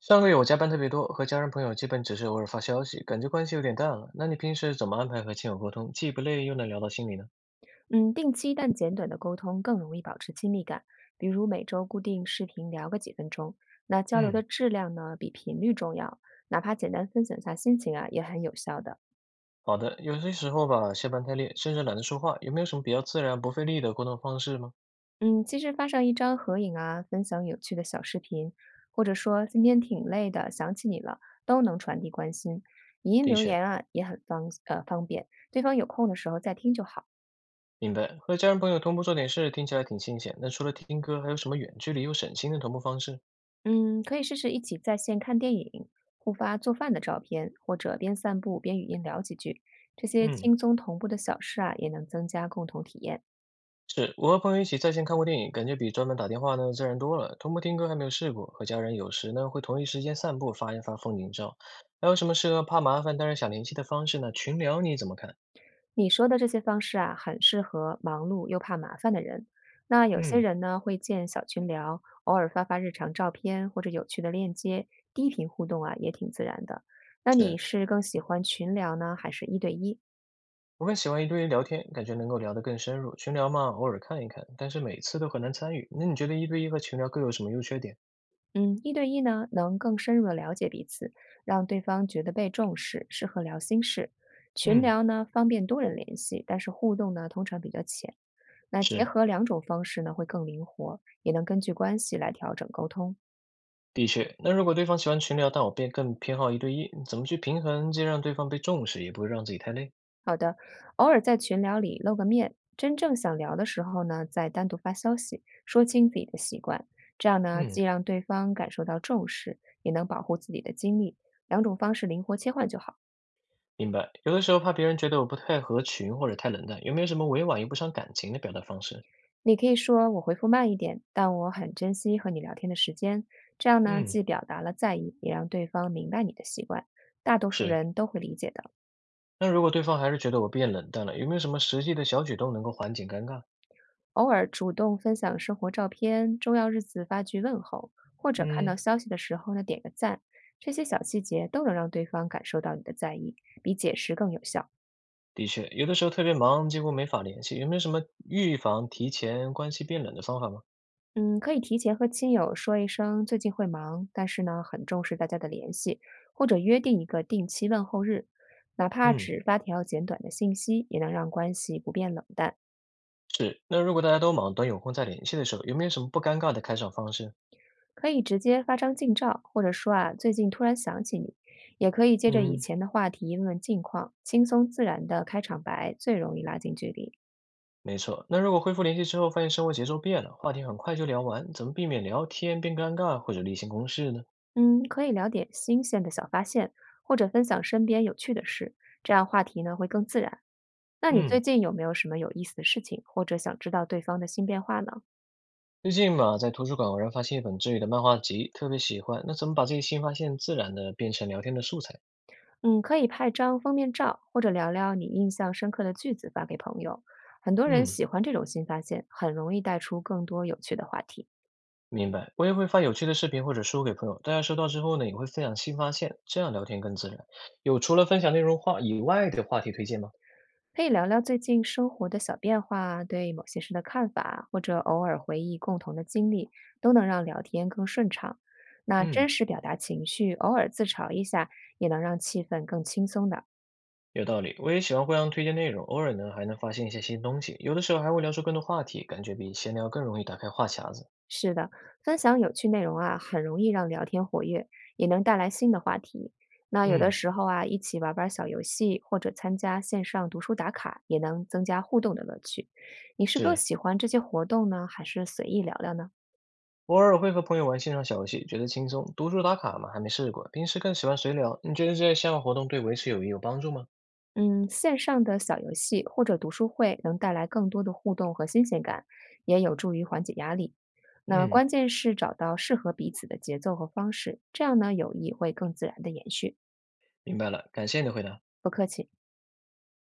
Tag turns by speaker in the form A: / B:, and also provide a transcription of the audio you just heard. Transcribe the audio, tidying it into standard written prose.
A: 上个月我加班特别多，和家人朋友基本只是偶尔发消息，感觉关系有点淡了。那你平时怎么安排和亲友沟通，既不累又能聊到心里呢？
B: 嗯，定期但简短的沟通更容易保持亲密感，比如每周固定视频聊个几分钟。那交流的
A: 嗯，
B: 质量呢，比频率重要，哪怕简单分享下心情啊，也很有效的。
A: 好的，有些时候吧，下班太累，甚至懒得说话，有没有什么比较自然不费力的沟通方式吗？
B: 嗯，其实发上一张合影啊，分享有趣的小视频，或者说今天挺累的，想起你了，都能传递关心。语音
A: 的
B: 留
A: 确，
B: 言啊，也很方便，对方有空的时候再听就好。
A: 明白。和家人朋友同步做点事，听起来挺新鲜。那除了听歌，还有什么远距离又省心的同步方式？
B: 嗯，可以试试一起在线看电影，互发做饭的照片，或者边散步边语音聊几句。这些
A: 嗯，
B: 轻松同步的小事啊，也能增加共同体验。
A: 是，我和朋友一起在线看过电影，感觉比专门打电话呢自然多了。同步听歌还没有试过，和家人有时呢会同一时间散步，发一发风景照。还有什么适合怕麻烦但是想联系的方式呢？群聊你怎么看？
B: 你说的这些方式啊，很适合忙碌又怕麻烦的人。那有些
A: 嗯，
B: 人呢，会建小群聊，偶尔发发日常照片或者有趣的链接，低频互动啊，也挺自然的。那你
A: 是，
B: 是更喜欢群聊呢，还是一对一？
A: 我更喜欢一对一聊天，感觉能够聊得更深入。群聊嘛，偶尔看一看，但是每次都很难参与。那你觉得一对一和群聊各有什么优缺点？
B: 嗯，一对一呢，能更深入的了解彼此，让对方觉得被重视，适合聊心事。群
A: 嗯，
B: 聊呢，方便多人联系，但是互动呢，通常比较浅。那结
A: 是，
B: 合两种方式呢，会更灵活，也能根据关系来调整沟通。
A: 的确。那如果对方喜欢群聊，但我便更偏好一对一，怎么去平衡，既让对方被重视，也不会让自己太累？
B: 好的，偶尔在群聊里露个面，真正想聊的时候呢，再单独发消息，说清自己的习惯。这样呢，
A: 嗯。
B: 既让对方感受到重视，也能保护自己的精力。两种方式灵活切换就好。
A: 明白，有的时候怕别人觉得我不太合群或者太冷淡，有没有什么委婉又不伤感情的表达方式？
B: 你可以说我回复慢一点，但我很珍惜和你聊天的时间。这样呢，
A: 嗯，
B: 既表达了在意，也让对方明白你的习惯。大多数
A: 是，
B: 人都会理解的。
A: 那如果对方还是觉得我变冷淡了，有没有什么实际的小举动能够缓解尴尬？
B: 偶尔主动分享生活照片，重要日子发句问候，或者看到
A: 嗯，
B: 消息的时候呢，点个赞，这些小细节都能让对方感受到你的在意，比解释更有效。
A: 的确，有的时候特别忙，几乎没法联系，有没有什么预防提前关系变冷的方法吗？
B: 嗯，可以提前和亲友说一声最近会忙，但是呢，很重视大家的联系，或者约定一个定期问候日，哪怕
A: 嗯，
B: 只发条简短的信息，也能让关系不变冷淡。
A: 是，那如果大家都忙，等有空再联系的时候，有没有什么不尴尬的开场方式？
B: 可以直接发张近照，或者说啊，最近突然想起你，也可以接着以
A: 嗯，
B: 前的话题问问近况，轻松自然的开场白最容易拉近距离。
A: 没错，那如果恢复联系之后，发现生活节奏变了，话题很快就聊完，怎么避免聊天变尴尬或者例行公事呢？
B: 嗯，可以聊点新鲜的小发现，或者分享身边有趣的事，这样话题呢会更自然。那你最
A: 嗯。
B: 近有没有什么有意思的事情，或者想知道对方的新变化呢？
A: 最近嘛，在图书馆偶然发现一本治愈的漫画集，特别喜欢。那怎么把这些新发现自然的变成聊天的素材？
B: 嗯，可以拍张封面照，或者聊聊你印象深刻的句子发给朋友。很多人
A: 嗯，
B: 喜欢这种新发现，很容易带出更多有趣的话题。
A: 明白。我也会发有趣的视频或者书给朋友，大家收到之后呢，也会分享新发现，这样聊天更自然。有除了分享内容话以外的话题推荐吗？
B: 可以聊聊最近生活的小变化，对某些事的看法，或者偶尔回忆共同的经历，都能让聊天更顺畅。那真
A: 嗯，
B: 实表达情绪，偶尔自嘲一下，也能让气氛更轻松的。
A: 有道理。我也喜欢互相推荐内容，偶尔呢还能发现一些新东西，有的时候还会聊出更多话题，感觉比闲聊更容易打开话匣子。
B: 是的，分享有趣内容啊，很容易让聊天活跃，也能带来新的话题。那有的
A: 嗯，
B: 时候啊，一起玩玩小游戏，或者参加线上读书打卡，也能增加互动的乐趣。你是更
A: 是。
B: 喜欢这些活动呢，还是随意聊聊呢？
A: 偶尔会和朋友玩线上小游戏，觉得轻松。读书打卡嘛，还没试过，平时更喜欢随聊。你觉得这些线上活动对维持友谊有帮助吗？
B: 嗯，线上的小游戏或者读书会能带来更多的互动和新鲜感，也有助于缓解压力。那
A: 嗯，
B: 关键是找到适合彼此的节奏和方式，这样呢，友谊会更自然的延续。
A: 明白了，感谢你的回答。
B: 不客气。